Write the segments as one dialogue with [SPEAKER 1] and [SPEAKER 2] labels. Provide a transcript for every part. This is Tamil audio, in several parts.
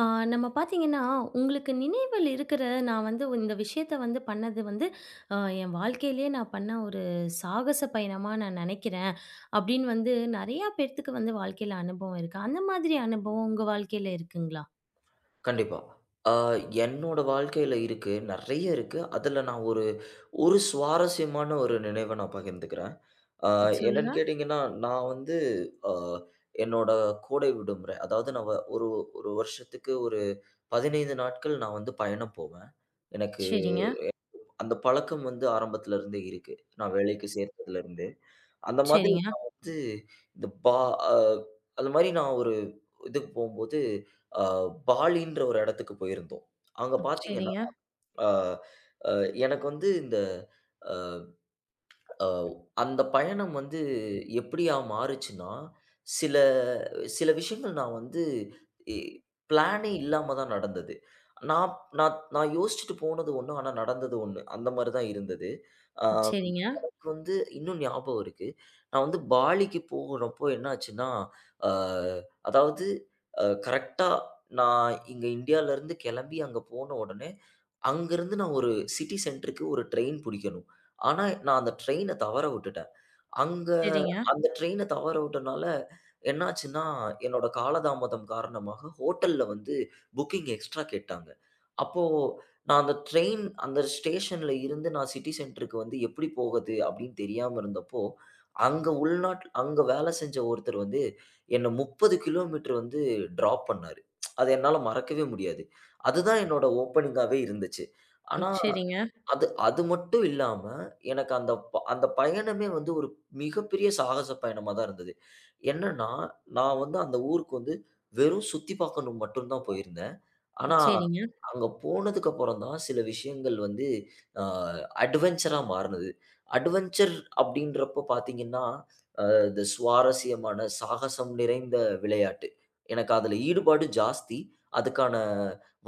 [SPEAKER 1] ஆ நம்ம பார்த்தீங்கன்னா, உங்களுக்கு நினைவில் இருக்கிற நான் வந்து இந்த விஷயத்த வந்து பண்ணது வந்து, அ என் வாழ்க்கையிலேயே நான் பண்ண ஒரு சாகச பயணமா நான் நினைக்கிறேன். அப்படின்னு வந்து நெறையா பேத்துக்கு வந்து வாழ்க்கையில அனுபவம் இருக்கு. அந்த மாதிரி அனுபவம் உங்க வாழ்க்கையில இருக்குங்களா?
[SPEAKER 2] கண்டிப்பா. ஆ என்னோட வாழ்க்கையில இருக்கு. நெறைய இருக்கு. அதுல நான் ஒரு சுவாரஸ்யமான ஒரு நினைவ நான் பகிர்ந்துக்கிறேன். ஆ
[SPEAKER 1] சொல்லுங்க.
[SPEAKER 2] என்னன்னு கேட்டீங்கன்னா, நான் வந்து ஆ என்னோட கோடை விடுமுறை, அதாவது நான் ஒரு வருஷத்துக்கு ஒரு 15 நாட்கள் நான் வந்து பயணம் போவேன். எனக்கு
[SPEAKER 1] சரிங்க,
[SPEAKER 2] அந்த பழக்கம் வந்து ஆரம்பத்துல இருந்தே இருக்கு. நான் வேலைக்கு சேர்ந்ததுலருந்து. அந்த மாதிரி
[SPEAKER 1] சரிங்க,
[SPEAKER 2] நான் வந்து இந்த பா அ அது மாரி நான் ஒரு இதுக்கு போம்போது, அ பாலின்ற ஒரு இடத்துக்கு போயிருந்தோம். அங்க பார்த்தீங்கன்னா,
[SPEAKER 1] சரிங்க,
[SPEAKER 2] அ அ எனக்கு வந்து இந்த அ அ அந்த பயணம் வந்து எப்படியா மாறுச்சுன்னா, சில சில விஷயங்கள் நான் வந்து எ பிளானே இல்லாம தான் நடந்தது. நான் நான் நான் யோசிச்சுட்டு போனது ஒண்ணு, ஆனா நடந்தது ஒண்ணு. அந்த மாரி தான் இருந்தது. அ
[SPEAKER 1] சரிங்க,
[SPEAKER 2] எனக்கு வந்து இன்னும் ஞாபகம் இருக்கு. நான் வந்து பாலிக்கு போறப்போ என்னாச்சுன்னா, அ அதாவது கரெக்ட்டா நான் இங்க இந்தியாலருந்து கெளம்பி அங்க போன உடனே, அங்கருந்து நான் ஒரு சிட்டி சென்டருக்கு ஒரு ட்ரெயின் புடிக்கணும். ஆனா, நான் அந்த ட்ரெயின தவற விட்டுட்டேன். அங்க
[SPEAKER 1] சரிங்க,
[SPEAKER 2] அந்த ட்ரெயின தவற விட்டனால என்னாச்சுன்னா, என்னோட காலதாமதம் காரணமாக ஹோட்டல்ல வந்து புக்கிங் எக்ஸ்ட்ரா கேட்டாங்க. அப்போ நான் அந்த ட்ரெயின் அந்த ஸ்டேஷன்ல இருந்து நான் சிட்டி சென்டருக்கு வந்து எப்படி போகது அப்படின்னு தெரியாம இருந்தப்போ, அங்க உள்நாட்ல அங்க வேலை செஞ்ச ஒருத்தர் வந்து என்ன 30 கிலோமீட்டர் வந்து டிராப் பண்ணாரு. அது என்னால மறக்கவே முடியாது. அதுதான் என்னோட ஓப்பனிங்காவே இருந்துச்சு. ஆனா
[SPEAKER 1] சரிங்க,
[SPEAKER 2] அது அது மட்டும் இல்லாம, எனக்கு அந்த பயணமே வந்து ஒரு மிகப்பெரிய சாகச பயணமா தான் இருந்தது. என்னன்னா, நான் வந்து அந்த ஊருக்கு வந்து வெறும் சுத்தி பார்க்கணும் மட்டும் தான் போயிருந்தேன். ஆனா,
[SPEAKER 1] சரிங்க,
[SPEAKER 2] அங்க போனதுக்கு அப்புறம் தான் சில விஷயங்கள் வந்து அ அட்வென்ச்சரா மாறுனது. அட்வென்ச்சர் அப்படின்றப்போ பார்த்தீங்கன்னா, இந்த சுவாரஸ்யமான சாகசம் நிறைந்த விளையாட்டு. எனக்கு அதுல ஈடுபாடு ஜாஸ்தி. அதுக்கான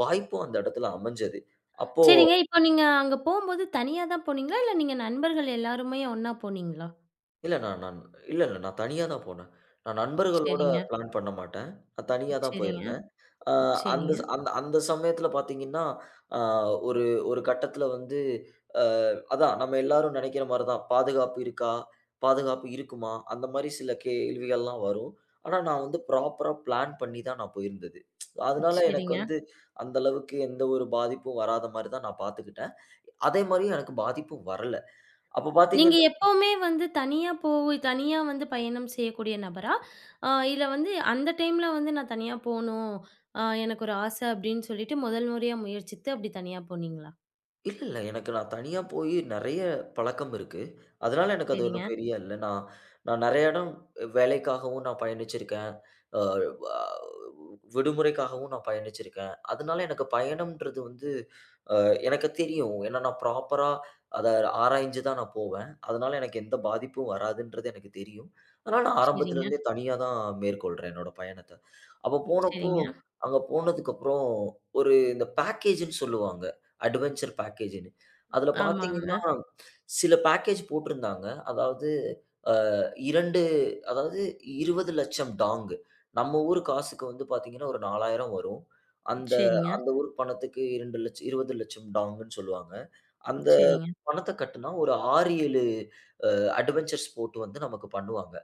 [SPEAKER 2] வாய்ப்பும் அந்த இடத்துல அமைஞ்சது. அப்போ
[SPEAKER 1] சரிங்க. இப்போ நீங்க அங்க போம்போது தனியா தான் போனீங்களா? இல்ல நீங்க நண்பர்கள் எல்லாருமே ஒண்ணா போனீங்களா?
[SPEAKER 2] இல்ல நான் நான் இல்ல, இல்ல. நான் தனியா தான் போனேன். நான் நண்பர்களோட
[SPEAKER 1] சரிங்க,
[SPEAKER 2] பிளான் பண்ண மாட்டேன். நான் தனியா தான்
[SPEAKER 1] சரிங்க,
[SPEAKER 2] போயிருந்தேன். அ அந்த
[SPEAKER 1] சரிங்க,
[SPEAKER 2] ஸ் அந்த அந்த சமயத்துல பார்த்தீங்கன்னா, அ ஒரு ஒரு கட்டத்துல வந்து அ அதான் நம்ம எல்லாரும் நெனைக்கிற மாரி தான். பாதுகாப்பு இருக்கா? பாதுகாப்பு இருக்குமா? அந்த மாரி சில கேள்விகள்லாம் வரும். ஆனா, நான் வந்து ப்ராப்பரா பிளான் பண்ணி தான் நான் போயிருந்தது. அதனால எனக்கு
[SPEAKER 1] சரிங்க.
[SPEAKER 2] வந்து அந்த அளவுக்கு எந்த ஒரு பாதிப்பும் வராத மாரி தான் நான் பார்த்துக்கிட்டேன். அதே மாரி எனக்கு பாதிப்பும் வரல. அப்ப
[SPEAKER 1] நீங்க
[SPEAKER 2] பார்த்தீங்கன்னா
[SPEAKER 1] எப்பவுமே வந்து தனியா போய் தனியா வந்து பயணம் செய்யக்கூடிய நபரா? இல்ல வந்து அந்த டைம்ல வந்து நான் தனியா போணும். எனக்கு ஒரு ஆசை அப்படின்னு சொல்லிட்டு முதல் முறையா முயற்சித்து அப்படி தனியா போனீங்களா?
[SPEAKER 2] இல்ல, இல்ல. எனக்கு நான் தனியா போயி நெறைய பழக்கம் இருக்கு. அதனால எனக்கு அது
[SPEAKER 1] சரிங்க,
[SPEAKER 2] ஒண்ணும் பெரிய இல்ல. நான் நான் நெறைய இடம் வேலைக்காகவும் நான் பயணிச்சிருக்கேன். அ வ விடுமுறைக்காகவும் நான் பயணிச்சிருக்கேன். அதனால எனக்கு பயணம்ன்றது வந்து அ எனக்கு தெரியும். ஏன்னா, நான் ப்ராப்பரா அத ஆராய்ஞ்சு தான் நான் போவேன். அதனால எனக்கு எந்த பாதிப்பும் வராதுன்றது எனக்கு தெரியும். அதனால நான்
[SPEAKER 1] சரிங்க,
[SPEAKER 2] ஆரம்பத்துலருந்தே தனியா தான் மேற்கொள்றேன் என்னோட பயணத்த. அப்ப போனப்போ,
[SPEAKER 1] சரிங்க.
[SPEAKER 2] அங்க போனதுக்கப்புறம் ஒரு இந்த பேக்கேஜ்ன்னு சொல்லுவாங்க. அட்வென்ச்சர் பேக்கேஜ்ன்னு. அதுல
[SPEAKER 1] ஆமாங்க.
[SPEAKER 2] பார்த்தீங்கன்னா, சில பேக்கேஜ் போட்டிருந்தாங்க. அதாவது 2 அதாவது 20,00,000 டாங்கு. நம்ம ஊர் காசுக்கு வந்து பார்த்தீங்கன்னா, ஒரு 4,000 வரும். அந்த
[SPEAKER 1] சரிங்க,
[SPEAKER 2] அந்த ஊர் பணத்துக்கு 2,00,000 20,00,000 டாங்குன்னு சொல்லுவாங்க. அந்த
[SPEAKER 1] சரிங்க,
[SPEAKER 2] பணத்த கட்டுனா ஒரு 6, 7 அட்வென்ச்சர் ஸ்போர்ட் வந்து நமக்கு பண்ணுவாங்க.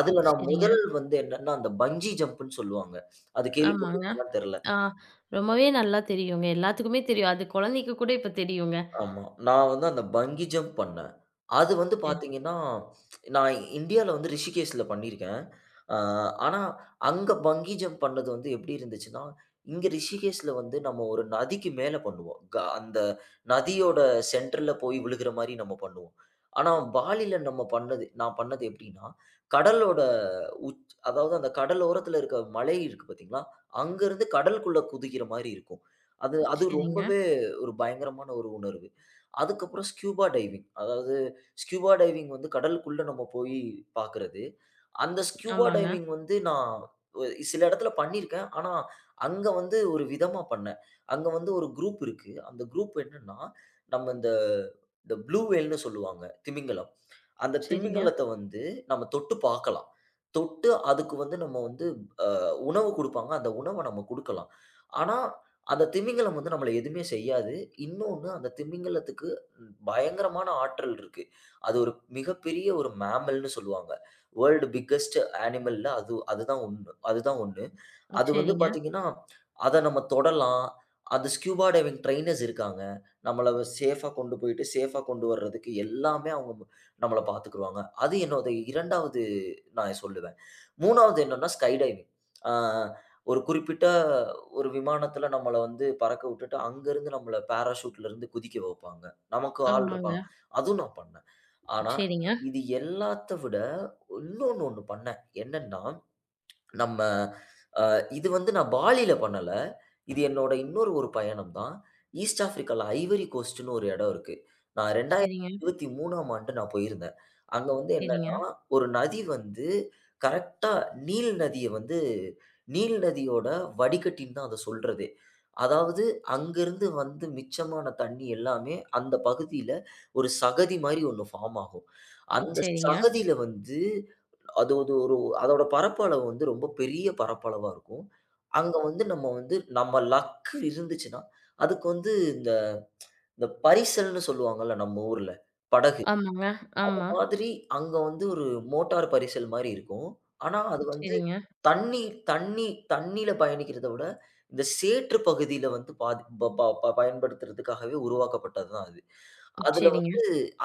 [SPEAKER 2] அதுல நான்
[SPEAKER 1] சரிங்க.
[SPEAKER 2] முதல் வந்து என்னன்னா, அந்த பஞ்சி ஜம்ப்ன்னு சொல்லுவாங்க. அது
[SPEAKER 1] ஆமாங்க.
[SPEAKER 2] கேள்விப்பட்டிருக்கீங்களான்னு தெர்ல.
[SPEAKER 1] ஆ ரொம்பவே நல்லா தெரியுங்க. எல்லாத்துக்குமே தெரியும். அது குழந்தைக்கு கூட இப்ப தெரியுங்க.
[SPEAKER 2] ஆமா. நான் வந்து அந்த பங்கி ஜம்ப் பண்ணேன். அது வந்து
[SPEAKER 1] சரி,
[SPEAKER 2] பார்த்தீங்கன்னா, நான் இந்தியால வந்து ரிஷிகேஷ்ல பண்ணியிருக்கேன். அ ஆனா, அங்க பங்கி ஜம்ப் பண்ணது வந்து எப்படி இருந்துச்சுன்னா, இங்க ரிஷிகேஷ்ல வந்து நம்ம ஒரு நதிக்கு மேல பண்ணுவோம். அந்த நதியோட சென்டர்ல போய் விழுகிற மாரி நம்ம பண்ணுவோம். ஆனா, பாலில நம்ம பண்ணது நான் பண்ணது எப்படின்னா, கடலோட அதாவது அந்த கடலோரத்துல இருக்க மலை இருக்கு பார்த்தீங்களா, அங்கருந்து கடலுக்குள்ள குதிக்கிற மாரி இருக்கும். அது அது
[SPEAKER 1] சரிங்க.
[SPEAKER 2] ரொம்பவே ஒரு பயங்கரமான ஒரு உணர்வு. அதுக்கப்புறம் ஸ்கியூபா டைவிங். அதாவது ஸ்கியூபா டைவிங் வந்து கடலுக்குள்ள நம்ம போய் பார்க்குறது. அந்த ஸ்கியூபா
[SPEAKER 1] ஆமாங்க.
[SPEAKER 2] டைவிங் வந்து நான் ஒ சில இடத்துல பண்ணியிருக்கேன். ஆனா, அங்க வந்து ஒரு விதமா பண்ணேன். அங்க வந்து ஒரு குரூப் இருக்கு. அந்த குரூப் என்னன்னா, நம்ம இந்த இந்த ப்ளூ வேல்ன்னு சொல்லுவாங்க திமிங்கலம். அந்த
[SPEAKER 1] சரிங்க,
[SPEAKER 2] திமிங்கலத்த வந்து நம்ம தொட்டு பார்க்கலாம். தொட்டு அதுக்கு வந்து நம்ம வந்து உணவு குடுப்பாங்க. அந்த உணவ நம்ம குடுக்கலாம். ஆனா, அந்த திமிங்கலம் வந்து நம்மள எதுவுமே செய்யாது. இன்னொன்னு அந்த திமிங்கலத்துக்கு பயங்கரமான ஆற்றல் இருக்கு. அது ஒரு மிகப்பெரிய ஒரு மேமல்ன்னு சொல்லுவாங்க. வேர்ல்டு பிக்கஸ்ட் அனிமல்ல அதுதான் ஒண்ணு. அதுதான் ஒண்ணு அது வந்து
[SPEAKER 1] சரிங்க.
[SPEAKER 2] பார்த்தீங்கன்னா, அத நம்ம தொடலாம். அது ஸ்கூபா டைவிங் ட்ரெய்னர்ஸ் இருக்காங்க. நம்மள சேஃபா கொண்டு போயிட்டு, சேஃபா கொண்டு வர்றதுக்கு எல்லாமே அவங்க நம்மள பார்த்துக்குருவாங்க. அது என்னோட 2வது நான் சொல்லுவேன். 3வது என்னன்னா, ஸ்கை டைவிங். ஆ ஒரு குறிப்பிட்ட ஒரு விமானத்தில நம்மள வந்து பறக்க விட்டுட்டு, அங்கருந்து நம்மள பாராசூட்லருந்து குதிக்க வைப்பாங்க. நமக்கு ஆள்
[SPEAKER 1] ஆமாங்க.
[SPEAKER 2] இருப்பாங்க. அதுவும் நான் பண்ணேன். ஆனா,
[SPEAKER 1] சரிங்க,
[SPEAKER 2] இது எல்லாத்த விட இன்னொன்னு ஒண்ணு பண்ணேன். என்னன்னா நம்ம அ இது வந்து நான் பாலில பண்ணல. இது என்னோட இன்னொரு ஒரு பயணம் தான். ஈஸ்ட் ஆஃப்ரிக்கால ஐவரி கோஸ்ட்ன்னு ஒரு இடம் இருக்கு. நான்
[SPEAKER 1] சரிங்க,
[SPEAKER 2] 2023ஆம் ஆண்டு நான் போயிருந்தேன். அங்க வந்து
[SPEAKER 1] சரிங்க,
[SPEAKER 2] என்னன்னா, ஒரு நதி வந்து கரெக்ட்டா நீல் நதிய வந்து நீல் நதியோட வடிகட்டின்னு தான் அத சொல்றதே. அதாவது அங்கருந்து வந்து மிச்சமான தண்ணி எல்லாமே அந்த பகுதியில ஒரு சகதி மாரி ஒண்ணு ஃபார்ம் ஆகும். அந்த
[SPEAKER 1] சரிங்க.
[SPEAKER 2] சகதியில வந்து அது அது ஒரு அதோட பரப்பளவு வந்து ரொம்ப பெரிய பரப்பளவா இருக்கும். அங்க வந்து நம்ம நம்ம லக் இருந்துச்சுன்னா, அதுக்கு வந்து இந்த இந்த பரிசல்ன்னு சொல்லுவாங்கல்ல நம்ம ஊர்ல, படகு.
[SPEAKER 1] ஆமாங்க.
[SPEAKER 2] அந்த
[SPEAKER 1] ஆமா.
[SPEAKER 2] மாதிரி அங்க வந்து ஒரு மோட்டார் பரிசல் மாரி இருக்கும். ஆனா அது வந்து
[SPEAKER 1] சரிங்க,
[SPEAKER 2] தண்ணி தண்ணி தண்ணீல பயணிக்கிறத விட, இந்த சேற்று பகுதியில வந்து பாதி ப ப ப பயன்படுத்துறதுக்காகவே உருவாக்கப்பட்டது தான் அது. அதுல
[SPEAKER 1] சரிங்க.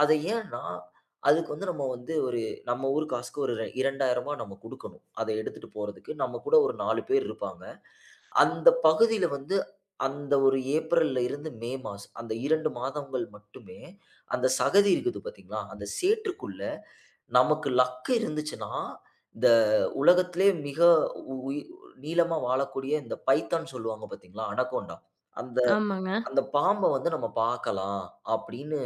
[SPEAKER 2] அது ஏன்னா, அதுக்கு வந்து நம்ம வந்து ஒரு நம்ம ஊர் காசுக்கு ஒரு ரூ. 2,000 நம்ம குடுக்கணும். அத எடுத்துட்டு போறதுக்கு. நம்ம கூட ஒரு 4 பேர் இருப்பாங்க. அந்த பகுதியில வந்து அந்த ஒரு ஏப்ரல்ல இருந்து மே மாசம் அந்த 2 மாதங்கள் மட்டுமே அந்த சகதி இருக்குது பார்த்தீங்களா? அந்த சேற்றுக்குள்ள நமக்கு லக் இருந்துச்சுன்னா, இந்த உலகத்திலேயே மிக உ உயி நீளமா வாழக்கூடிய இந்த பைத்தான் சொல்லுவாங்க பார்த்தீங்களா? அனகோண்டா. அந்த
[SPEAKER 1] ஆமாங்க.
[SPEAKER 2] அந்த பாம்ப வந்து நம்ம பார்க்கலாம் அப்படின்னு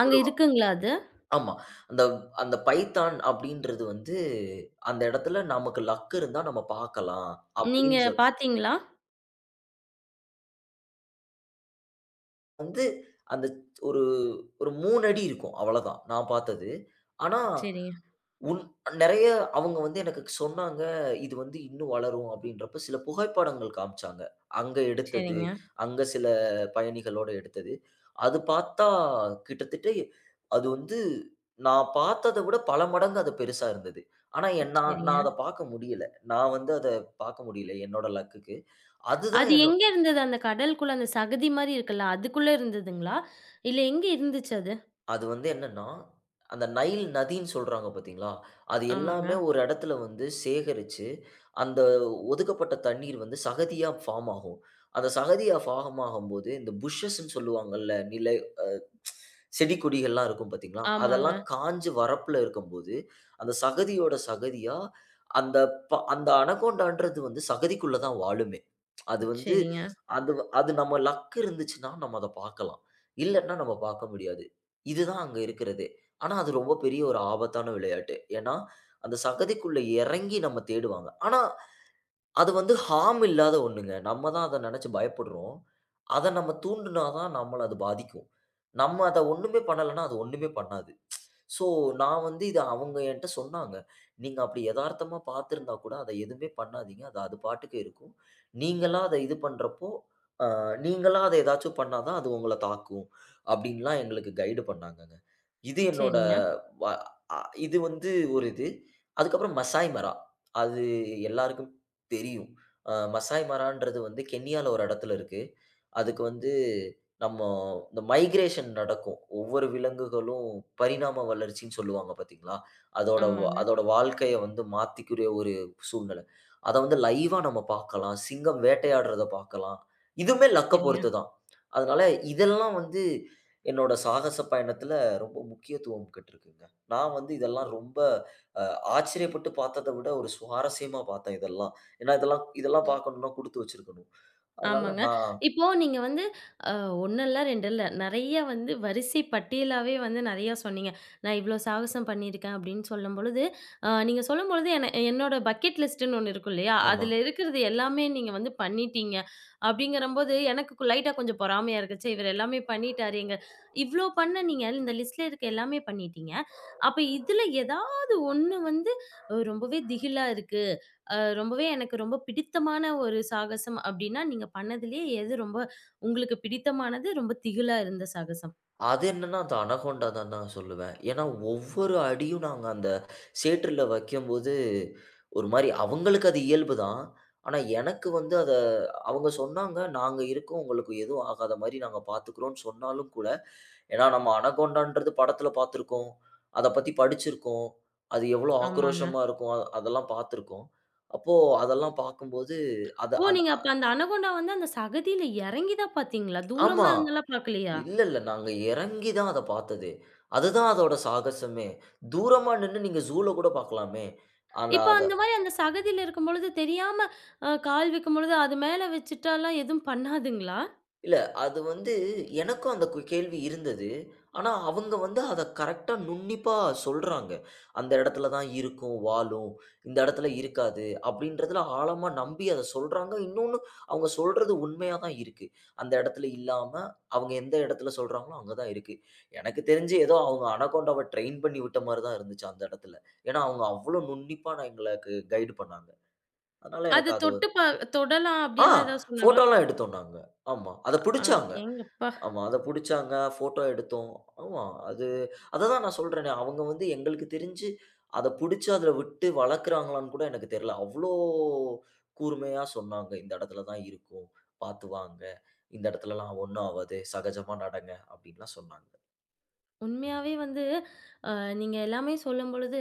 [SPEAKER 1] அங்க
[SPEAKER 2] சொல்லுவாங்க.
[SPEAKER 1] இருக்குங்களா அது?
[SPEAKER 2] ஆமா. அந்த அந்த பைத்தான் அப்படின்றது வந்து, அந்த இடத்துல நமக்கு லக் இருந்தா நம்ம பார்க்கலாம்
[SPEAKER 1] நீங்க
[SPEAKER 2] அப்படின்னு சொல்லி
[SPEAKER 1] பார்த்தீங்களா?
[SPEAKER 2] வந்து, அந்த ஒரு ஒரு 3 அடி இருக்கும். அவ்வளதான் நான் பார்த்தது. ஆனா
[SPEAKER 1] சரிங்க,
[SPEAKER 2] உன் நெறைய அவங்க வந்து எனக்கு சொன்னாங்க, இது வந்து இன்னும் வளரும் அப்படின்றப்ப சில புகைப்படங்கள் காமிச்சாங்க. அங்க எடுத்தது,
[SPEAKER 1] சரிங்க,
[SPEAKER 2] அங்க சில பயணிகளோட எடுத்தது. அது பார்த்தா கிட்டத்தட்ட அது வந்து நான் பார்த்தத விட பல மடங்கு அது பெருசா இருந்தது. ஆனா என் நான் நான்
[SPEAKER 1] சரிங்க.
[SPEAKER 2] அத பார்க்க முடியல. நான் வந்து அத பார்க்க முடியல என்னோட லக்குக்கு. அதுதான்
[SPEAKER 1] அது
[SPEAKER 2] என்னோ
[SPEAKER 1] எங்க இருந்தது? அந்த கடலுக்குள்ள அந்த சகதி மாரி இருக்குல்ல, அதுக்குள்ள இருந்ததுங்களா? இல்ல எங்க இருந்துச்சு அது?
[SPEAKER 2] அது வந்து என்னன்னா, அந்த நைல் நதின்னு சொல்றாங்க பார்த்தீங்களா? அது
[SPEAKER 1] ஆமாங்க,
[SPEAKER 2] எல்லாமே ஒரு இடத்துல வந்து சேகரிச்சு, அந்த ஒதுக்கப்பட்ட தண்ணீர் வந்து சகதியா ஃபார்ம் ஆகும். அந்த சகதியா ஃபார்ம் ஆகும்போது, இந்த புஷஸ்ன்னு சொல்லுவாங்கல்ல, நிலை செடி கொடிகள்லாம் இருக்கும் பார்த்தீங்களா?
[SPEAKER 1] ஆமாங்க.
[SPEAKER 2] அதெல்லாம் காஞ்சு வறப்புல இருக்கும்போது, அந்த சகதியோட சகதியா அந்த அந்த அனகோண்டான்றது வந்து சகதிக்குள்ள தான் வாழுமே! அது வந்து
[SPEAKER 1] சரிங்க,
[SPEAKER 2] அது அது நம்ம லக் இருந்துச்சுன்னா, நம்ம அத பார்க்கலாம். இல்லன்னா நம்ம பார்க்க முடியாது. இதுதான் அங்க இருக்கிறதே. ஆனா, அது ரொம்ப பெரிய ஒரு ஆபத்தான விளையாட்டு. ஏன்னா, அந்த சகதிக்குள்ள இறங்கி நம்ம தேடுவாங்க. ஆனா, அது வந்து ஹார்ம் இல்லாத ஒண்ணுங்க. நம்ம தான் அத நினைச்சு பயப்படுறோம். அத நம்ம தூண்டுனா தான் நம்மள அது பாதிக்கும். நம்ம அத ஒண்ணுமே பண்ணலன்னா, அது ஒண்ணுமே பண்ணாது. ஸோ, நான் வந்து இத அவங்க என்ட்ட சொன்னாங்க. "நீங்க அப்படி எதார்த்தமா பார்த்திருந்தா கூட, அத எதுவுமே பண்ணாதீங்க. அது அது பாட்டுக்கு இருக்கும். நீங்களா அத இது பண்றப்போ, நீங்களா அத ஏதாச்சும் பண்ணா தான் அது உங்கள தாக்கும். அப்டின்லாம் எங்களுக்கு கைடு பண்ணாங்கங்க. இது என்னோட
[SPEAKER 1] சரிங்க.
[SPEAKER 2] வ அ இது வந்து ஒரு இது. அதுக்கப்புறம் மசாய் மரா. அது எல்லாருக்கும் தெரியும். மசாய் மரான்றது வந்து கென்யால ஒரு இடத்துல இருக்கு. அதுக்கு வந்து நம்ம இந்த மைக்ரேஷன் நடக்கும். ஒவ்வொரு விலங்குகளும் பரிணாம வளர்ச்சின்னு சொல்லுவாங்க பார்த்தீங்களா?
[SPEAKER 1] ஆமாங்க,
[SPEAKER 2] அதோட வாழ்க்கைய வந்து மாத்திக்கூடிய ஒரு சூழ்நிலை. அத வந்து லைவா நம்ம பார்க்கலாம். சிங்கம் வேட்டையாடுறத பார்க்கலாம். இதுவுமே லக்க
[SPEAKER 1] சரிங்க.
[SPEAKER 2] பொறுத்து தான். அதனால இதெல்லாம் வந்து என்னோட சாகச பயணத்தில ரொம்ப முக்கியத்துவம் பெற்றிருக்குங்க. நான் வந்து இதெல்லாம் ரொம்ப அ ஆச்சரியப்பட்டு பார்த்தத விட ஒரு சுவாரஸ்யமா பார்த்தேன் இதெல்லாம். ஏன்னா இதெல்லாம் இதெல்லாம் பார்க்கணும்னா குடுத்து வச்சிருக்கணும். அதனால
[SPEAKER 1] ஆமாங்க.
[SPEAKER 2] நான்
[SPEAKER 1] இப்போ நீங்க வந்து அ 1 இல்ல, 2 இல்ல. நெறைய வந்து வரிசை பட்டியலாவே வந்து நெறையா சொன்னீங்க. நான் இவ்ளோ சாகசம் பண்ணியிருக்கேன் அப்படின்னு சொல்லும்பொழுது, நீங்க சொல்லும்பொழுது என்னோட பக்கெட் லிஸ்ட்டுன்னு ஒண்ணு இருக்கும் இல்லையா?
[SPEAKER 2] ஆமா.
[SPEAKER 1] அதுல இருக்கிறது எல்லாமே நீங்க வந்து பண்ணிட்டீங்க. அப்படிங்கிறம்போது எனக்கு லைட்டா கொஞ்சம் பொறாமையா இருக்கு. ச்சே! இவரு எல்லாமே பண்ணிட்டாரேங்க. இவ்ளோ பண்ண நீங்க இந்த லிஸ்ட்ல இருக்க எல்லாமே பண்ணிட்டீங்க. அப்ப இதுல ஏதாவது ஒண்ணு வந்து ரொம்பவே திகிலா இருக்கு. ரொம்பவே எனக்கு ரொம்ப பிடித்தமான ஒரு சாகசம் அப்டின்னா, நீங்க பண்ணதுலயே எது ரொம்ப உங்களுக்கு பிடித்தமானது, ரொம்ப திகிலா இருந்த சாகசம்?
[SPEAKER 2] அது என்னன்னா, அது அனகோண்டா தான் நான் சொல்லுவேன். ஏன்னா, ஒவ்வொரு அடியும் நாங்க அந்த சேற்றுல வைக்கும்போது, ஒரு மாரி அவங்களுக்கு அது இயல்பு தான். ஆனா, எனக்கு வந்து அத அவங்க சொன்னாங்க, "நாங்க இருக்கோம். உங்களுக்கு எதுவும் ஆகாத மாரி நாங்க பார்த்துக்கிறோம்ன்னு" சொன்னாலும் கூட, ஏன்னா நம்ம அனகோண்டான்றது படத்துல பார்த்துருக்கோம். அத பத்தி படிச்சிருக்கோம். அது எவ்வளோ
[SPEAKER 1] ஆமாங்க.
[SPEAKER 2] ஆக்ரோஷமா இருக்கும். அதெல்லாம் பார்த்துருக்கோம். அப்போ அதெல்லாம் பார்க்கும்போது, அத
[SPEAKER 1] ஓ!
[SPEAKER 2] அத
[SPEAKER 1] நீங்க அப்ப அந்த அனகோண்டா வந்து அந்த சகதியில எறங்கி தான் பாத்தீங்களா?
[SPEAKER 2] ஆமா.
[SPEAKER 1] தூரமா இருந்தெல்லாம் பாக்கலையா?
[SPEAKER 2] இல்ல, இல்ல. நாங்க இறங்கி தான் அத பார்த்தது. அதுதான் அதோட சாகசமே. தூரமா நின்னு நீங்க ஜூல கூட பார்க்கலாமே. ஆனா
[SPEAKER 1] இப்ப
[SPEAKER 2] அத
[SPEAKER 1] அந்த மாரி அந்த சகதியில இருக்கும்பொழுது தெரியாம கால் வைக்கும்பொழுது, அது மேல வச்சுட்டாலாம் எதுவும் பண்ணாதுங்களா?
[SPEAKER 2] இல்ல. அது வந்து எனக்கும் அந்த கேள்வி இருந்தது. ஆனா, அவங்க வந்து அத கரெக்ட்டா நுண்ணிப்பா சொல்றாங்க. அந்த இடத்துல தான் இருக்கும் வாலும். இந்த இடத்துல இருக்காது. அப்படின்றதுல ஆழமா நம்பி அத சொல்றாங்க. இன்னொன்னு அவங்க சொல்றது உண்மையா தான் இருக்கு. அந்த இடத்துல இல்லாம, அவங்க எந்த இடத்துல சொல்றாங்களோ அங்க தான் இருக்கு. எனக்கு தெரிஞ்சு ஏதோ அவங்க அனகோண்டாவ ட்ரெயின் பண்ணி விட்ட மாரி தான் இருந்துச்சு அந்த இடத்துல. ஏன்னா, அவங்க அவ்ளோ நுண்ணிப்பா நான் எங்களுக்கு கைடு பண்ணாங்க. அதனால எனக்கு
[SPEAKER 1] அத
[SPEAKER 2] அது
[SPEAKER 1] தொட்டு தொடலாம்
[SPEAKER 2] ஆ
[SPEAKER 1] அப்டின்லாம் ஏதாவது சொன்னாங்களா?
[SPEAKER 2] ஃபோட்டோலாம் எடுத்தோம் நாங்க. ஆமா. அத பிடிச்சாங்க.
[SPEAKER 1] அடேங்கப்பா!
[SPEAKER 2] ஆமா. அத புடிச்சாங்க. ஃபோட்டோ எடுத்தோம். ஆமா. அது அததான் நான் சொல்றேனே, அவங்க வந்து எங்களுக்கு தெரிஞ்சு அத புடிச்சு அதுல விட்டு வளர்க்குறாங்களான்னு கூட எனக்கு தெரியல. அவ்ளோ கூர்மையா சொன்னாங்க. இந்த இடத்துல தான் இருக்கும். பார்த்து வாங்க. இந்த இடத்துலலாம் ஒண்ணும் ஆவாது. சகஜமா நடங்க. அப்படின்லாம் சொன்னாங்க.
[SPEAKER 1] உண்மையாவே வந்து அ நீங்க எல்லாமே சொல்லும்பொழுது,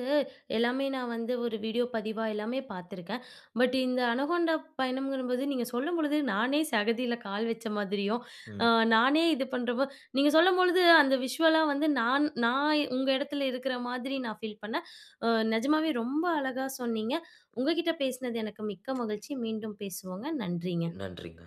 [SPEAKER 1] எல்லாமே நான் வந்து ஒரு வீடியோ பதிவா எல்லாமே பார்த்துருக்கேன். பட் இந்த அனகோண்டா பயணம்ங்கும்போது நீங்க சொல்லும்பொழுது நானே சகதியில கால் வச்ச மாதிரியும், அ
[SPEAKER 2] ம்.
[SPEAKER 1] நானே இது பண்றப்போ நீங்க சொல்லும்பொழுது அந்த விஷுவலா வந்து நான் நான் உங்க இடத்துல இருக்கிற மாதிரி நான் ஃபீல் பண்ணேன். அ நிஜமாவே ரொம்ப அழகா சொன்னீங்க. உங்ககிட்ட பேசினது எனக்கு மிக்க மகிழ்ச்சி. மீண்டும் பேசுவோங்க. நன்றிங்க.
[SPEAKER 2] நன்றிங்க.